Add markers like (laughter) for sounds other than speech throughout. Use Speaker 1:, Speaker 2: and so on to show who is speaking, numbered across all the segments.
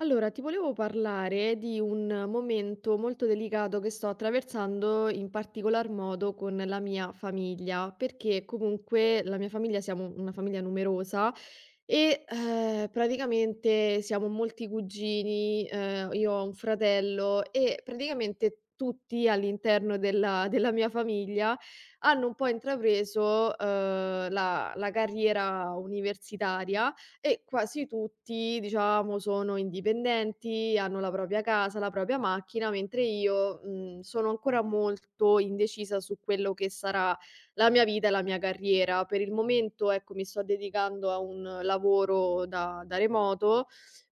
Speaker 1: Allora, ti volevo parlare di un momento molto delicato che sto attraversando in particolar modo con la mia famiglia, perché comunque la mia famiglia siamo una famiglia numerosa e praticamente siamo molti cugini, io ho un fratello e praticamente tutti all'interno della mia famiglia hanno un po' intrapreso la carriera universitaria e quasi tutti, diciamo, sono indipendenti, hanno la propria casa, la propria macchina, mentre io, sono ancora molto indecisa su quello che sarà la mia vita e la mia carriera. Per il momento, ecco, mi sto dedicando a un lavoro da remoto,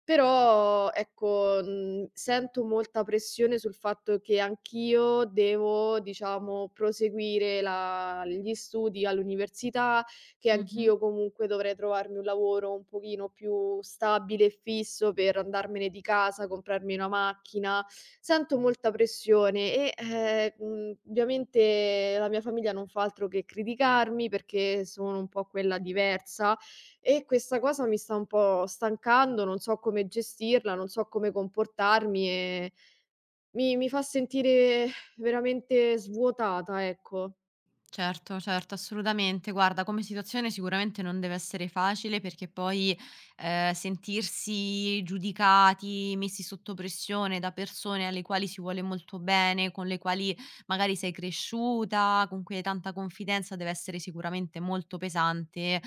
Speaker 1: però ecco, sento molta pressione sul fatto che anch'io devo, diciamo, proseguire la gli studi all'università, che
Speaker 2: Mh-mh.
Speaker 1: anch'io comunque dovrei trovarmi un lavoro un pochino più stabile e fisso per andarmene di casa, comprarmi una macchina. Sento molta pressione e, ovviamente la mia famiglia non fa altro che criticarmi perché sono un po' quella diversa e questa cosa mi sta un po' stancando, non so come gestirla, non so come comportarmi e mi fa sentire veramente svuotata, ecco.
Speaker 2: Certo, certo, assolutamente. Guarda, come situazione sicuramente non deve essere facile perché poi, sentirsi giudicati, messi sotto pressione da persone alle quali si vuole molto bene, con le quali magari sei cresciuta, con cui hai tanta confidenza, deve essere sicuramente molto pesante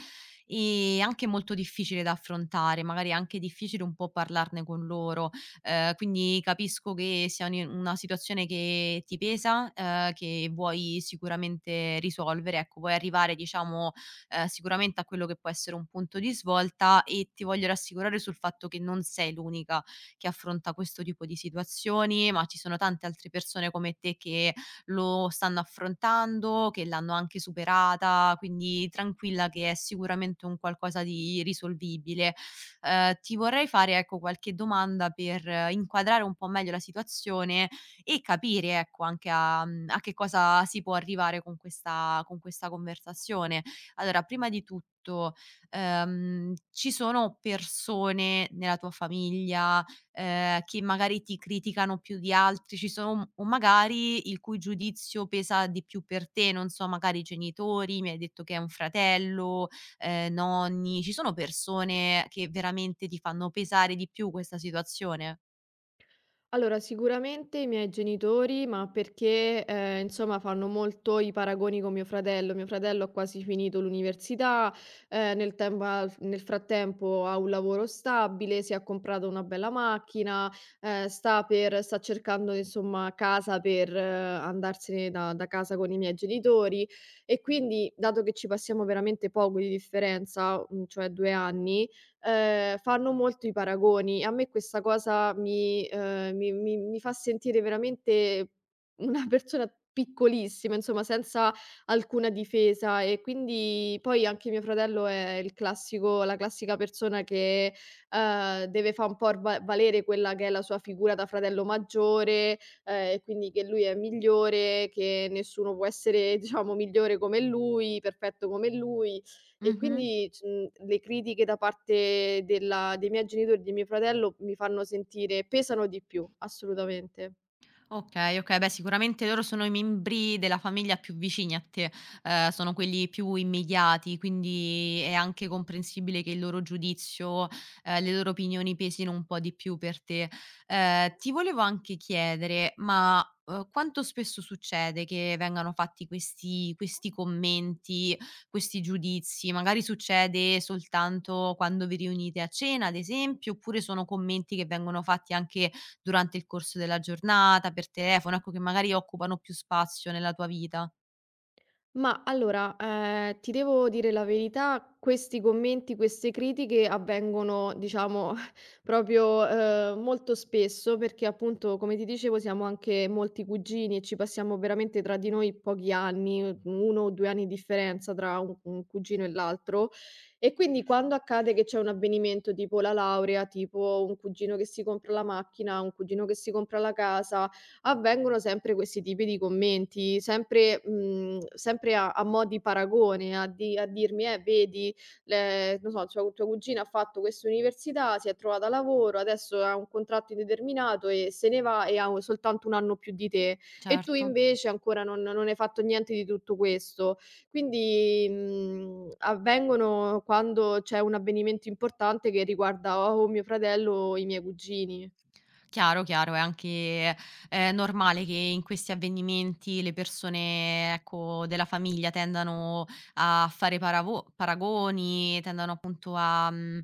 Speaker 2: e anche molto difficile da affrontare, magari è anche difficile un po' parlarne con loro. Quindi capisco che sia un i una situazione che ti pesa, che vuoi sicuramente risolvere. Ecco, vuoi arrivare diciamo, sicuramente a quello che può essere un punto di svolta e ti voglio rassicurare sul fatto che non sei l'unica che affronta questo tipo di situazioni, ma ci sono tante altre persone come te che lo stanno affrontando, che l'hanno anche superata, quindi tranquilla che è sicuramente un qualcosa di risolvibile. Ti vorrei fare, ecco, qualche domanda per inquadrare un po' meglio la situazione e capire, ecco, anche a che cosa si può arrivare con questa conversazione. Allora, prima di tutto, ci sono persone nella tua famiglia, che magari ti criticano più di altri? Ci sono o magari il cui giudizio pesa di più per te, non so, magari i genitori, mi hai detto che hai un fratello, nonni, ci sono persone che veramente ti fanno pesare di più questa situazione?
Speaker 1: Allora, sicuramente i miei genitori, ma perché, insomma fanno molto i paragoni con mio fratello. Mio fratello ha quasi finito l'università, nel tempo ha nel frattempo ha un lavoro stabile, si è comprato una bella macchina, sta per sta cercando insomma casa per andarsene da casa con i miei genitori e quindi, dato che ci passiamo veramente poco di differenza, cioè 2 anni, fanno molto i paragoni. A me questa cosa mi mi fa sentire veramente una persona piccolissima, insomma, senza alcuna difesa e quindi poi anche mio fratello è il classico la classica persona che, deve fa' un po' r va valere quella che è la sua figura da fratello maggiore, e quindi che lui è migliore, che nessuno può essere, diciamo, migliore come lui, perfetto come lui. E
Speaker 2: Mh-mh.
Speaker 1: quindi le critiche da parte della dei miei genitori, di mio fratello, mi fanno sentire pesano di più, assolutamente.
Speaker 2: Okay, okay. Beh, sicuramente loro sono i membri della famiglia più vicini a te, sono quelli più immediati, quindi è anche comprensibile che il loro giudizio, le loro opinioni pesino un po' di più per te. Ti volevo anche chiedere, ma, quanto spesso succede che vengano fatti questi commenti, questi giudizi? Magari succede soltanto quando vi riunite a cena, ad esempio, oppure sono commenti che vengono fatti anche durante il corso della giornata, per telefono, ecco, che magari occupano più spazio nella tua vita.
Speaker 1: Ma allora, ti devo dire la verità, questi commenti, queste critiche avvengono diciamo (laughs) proprio, molto spesso perché appunto, come ti dicevo, siamo anche molti cugini e ci passiamo veramente tra di noi pochi anni, u 1 o 2 anni di differenza tra un cugino e l'altro. E quindi quando accade che c'è un avvenimento tipo la laurea, tipo un cugino che si compra la macchina, un cugino che si compra la casa, avvengono sempre questi tipi di commenti, sempre sempre a mo' di paragone, a dirmi: vedi, le non so, tua cugina ha fatto questa università, si è trovata lavoro, adesso ha un contratto indeterminato e se ne va e ha u soltanto 1 anno più di te e tu
Speaker 2: Certo.
Speaker 1: invece ancora non hai fatto niente di tutto questo". Quindi, avvengono quando c'è un avvenimento importante che riguarda o mio fratello o i miei cugini.
Speaker 2: Chiaro, chiaro, è anche, normale che in questi avvenimenti le persone, ecco, della famiglia tendano a fare paravo paragoni, tendano appunto a, mhmm,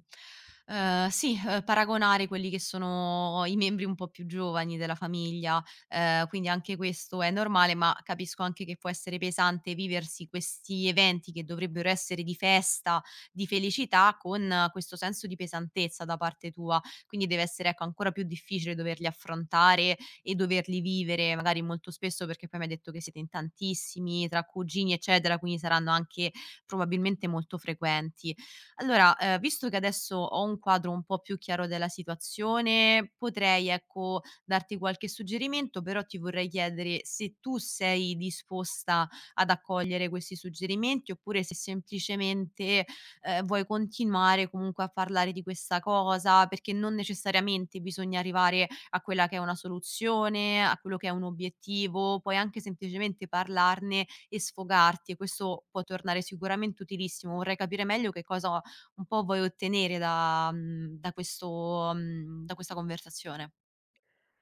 Speaker 2: ehm, sì, paragonare quelli che sono i membri un po' più giovani della famiglia, quindi anche questo è normale, ma capisco anche che può essere pesante viversi questi eventi che dovrebbero essere di festa, di felicità, con questo senso di pesantezza da parte tua, quindi deve essere, ecco, ancora più difficile doverli affrontare e doverli vivere magari molto spesso, perché poi mi hai detto che siete in tantissimi, tra cugini, eccetera, quindi saranno anche probabilmente molto frequenti. Allora, visto che adesso ho un quadro un po' più chiaro della situazione, potrei, ecco, darti qualche suggerimento, però ti vorrei chiedere se tu sei disposta ad accogliere questi suggerimenti, oppure se semplicemente vuoi continuare comunque a parlare di questa cosa, perché non necessariamente bisogna arrivare a quella che è una soluzione, a quello che è un obiettivo, puoi anche semplicemente parlarne e sfogarti e questo può tornare sicuramente utilissimo. Vorrei capire meglio che cosa un po' vuoi ottenere da mhmm, da questo mhmm, da questa conversazione.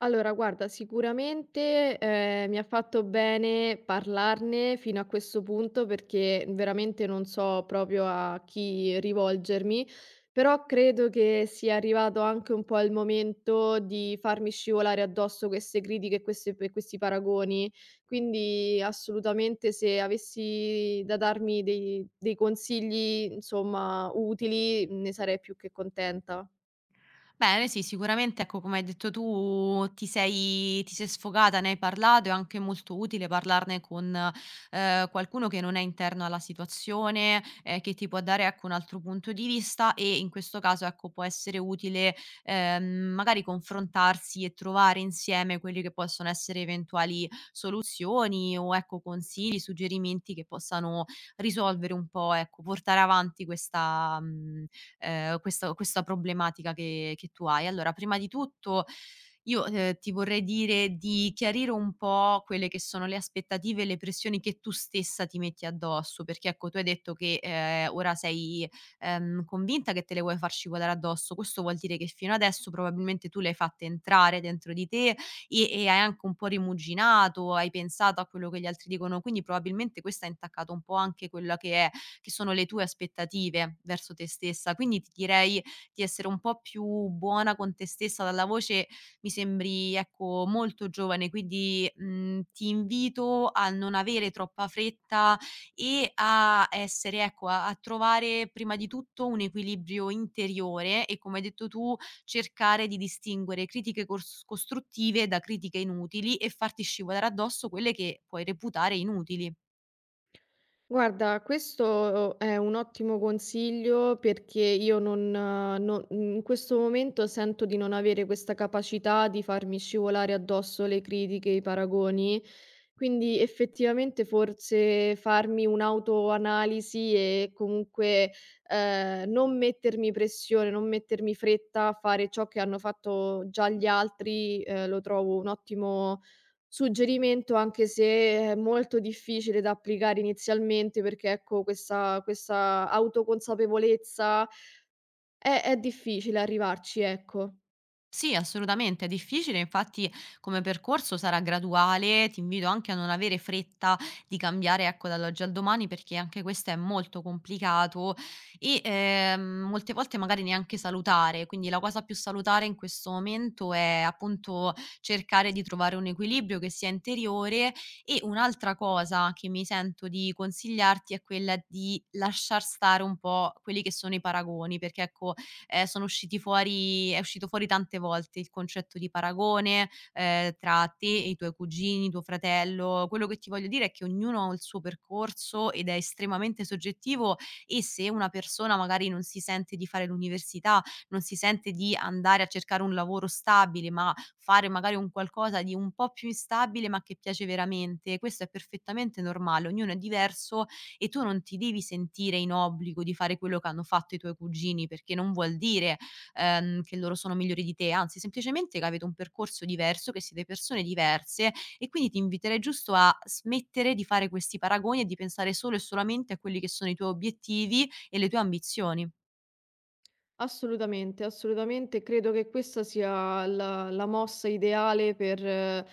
Speaker 1: Allora guarda, sicuramente, mi ha fatto bene parlarne fino a questo punto perché veramente non so proprio a chi rivolgermi, però credo che sia arrivato anche un po' il momento di farmi scivolare addosso queste critiche e queste e questi paragoni. Quindi assolutamente se avessi da darmi dei consigli, insomma, utili, ne sarei più che contenta.
Speaker 2: Bene, sì, sicuramente, ecco, come hai detto tu, ti sei sfogata, ne hai parlato, è anche molto utile parlarne con, qualcuno che non è interno alla situazione, che ti può dare, ecco, un altro punto di vista e in questo caso, ecco, può essere utile, ehm, magari confrontarsi e trovare insieme quelli che possono essere eventuali soluzioni o, ecco, consigli, suggerimenti che possano risolvere un po', ecco, portare avanti questa questo questa problematica che tu hai. Allora, prima di tutto io, ti vorrei dire di chiarire un po' quelle che sono le aspettative e le pressioni che tu stessa ti metti addosso, perché ecco, tu hai detto che, ora sei, convinta che te le vuoi far scivolare addosso. Questo vuol dire che fino adesso probabilmente tu le hai fatte entrare dentro di te e hai anche un po' rimuginato, hai pensato a quello che gli altri dicono, quindi probabilmente questo ha intaccato un po' anche quella che è che sono le tue aspettative verso te stessa. Quindi ti direi di essere un po' più buona con te stessa, dalla voce mi sembri ecco molto giovane, quindi, ti invito a non avere troppa fretta e a essere ecco, a trovare prima di tutto un equilibrio interiore e come hai detto tu, cercare di distinguere critiche cors costruttive da critiche inutili e farti scivolare addosso quelle che puoi reputare inutili.
Speaker 1: Guarda, questo è un ottimo consiglio perché io in questo momento sento di non avere questa capacità di farmi scivolare addosso le critiche, i paragoni, quindi effettivamente forse farmi un'autoanalisi e comunque non mettermi pressione, non mettermi fretta a fare ciò che hanno fatto già gli altri, lo trovo un ottimo suggerimento anche se è molto difficile da applicare inizialmente perché, ecco, questa autoconsapevolezza è difficile arrivarci, ecco.
Speaker 2: Sì, assolutamente, è difficile, infatti come percorso sarà graduale, ti invito anche a non avere fretta di cambiare, ecco, dall'oggi al domani perché anche questo è molto complicato e, molte volte magari neanche salutare, quindi la cosa più salutare in questo momento è appunto cercare di trovare un equilibrio che sia interiore e un'altra cosa che mi sento di consigliarti è quella di lasciar stare un po' quelli che sono i paragoni, perché ecco sono usciti fuori è uscito fuori tante volte il concetto di paragone, tra te e i tuoi cugini, tuo fratello. Quello che ti voglio dire è che ognuno ha il suo percorso ed è estremamente soggettivo e se una persona magari non si sente di fare l'università, non si sente di andare a cercare un lavoro stabile, ma fare magari un qualcosa di un po' più instabile, ma che piace veramente, questo è perfettamente normale, ognuno è diverso e tu non ti devi sentire in obbligo di fare quello che hanno fatto i tuoi cugini, perché non vuol dire, che loro sono migliori di te, anzi semplicemente che avete un percorso diverso, che siete persone diverse e quindi ti inviterei giusto a smettere di fare questi paragoni e di pensare solo e solamente a quelli che sono i tuoi obiettivi e le tue ambizioni.
Speaker 1: Assolutamente, assolutamente. Credo che questa sia la mossa ideale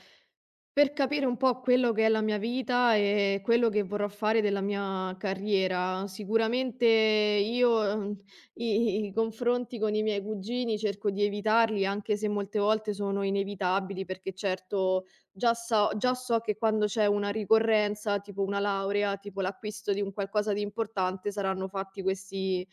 Speaker 1: per capire un po' quello che è la mia vita e quello che vorrò fare della mia carriera. Sicuramente io, i confronti con i miei cugini cerco di evitarli, anche se molte volte sono inevitabili, perché certo già so che quando c'è una ricorrenza, tipo una laurea, tipo l'acquisto di un qualcosa di importante, saranno fatti questi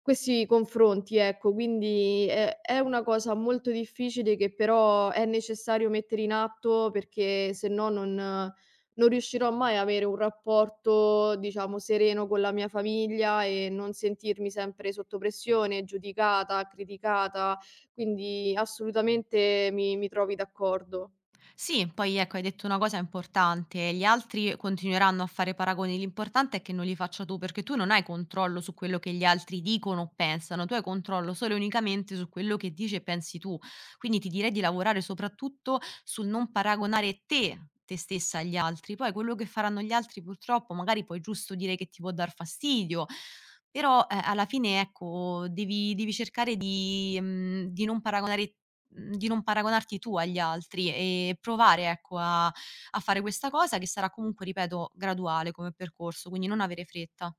Speaker 1: confronti, ecco, quindi è una cosa molto difficile che però è necessario mettere in atto perché se no non riuscirò mai a avere un rapporto, diciamo, sereno con la mia famiglia e non sentirmi sempre sotto pressione, giudicata, criticata, quindi assolutamente mi trovi d'accordo.
Speaker 2: Sì, poi ecco, hai detto una cosa importante, gli altri continueranno a fare paragoni, l'importante è che non li faccia tu, perché tu non hai controllo su quello che gli altri dicono o pensano, tu hai controllo solo e unicamente su quello che dici e pensi tu. Quindi ti direi di lavorare soprattutto sul non paragonare te stessa agli altri, poi quello che faranno gli altri purtroppo magari puoi giusto dire che ti può dar fastidio, però alla fine ecco devi, cercare di, di non paragonarti tu agli altri e provare, ecco, a fare questa cosa che sarà comunque, ripeto, graduale come percorso, quindi non avere fretta.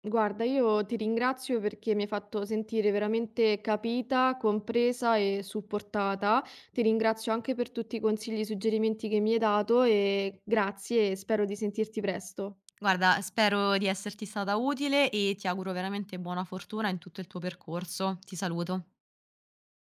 Speaker 1: Guarda, io ti ringrazio perché mi hai fatto sentire veramente capita, compresa e supportata. Ti ringrazio anche per tutti i consigli e i suggerimenti che mi hai dato e grazie e spero di sentirti presto.
Speaker 2: Guarda, spero di esserti stata utile e ti auguro veramente buona fortuna in tutto il tuo percorso. Ti saluto.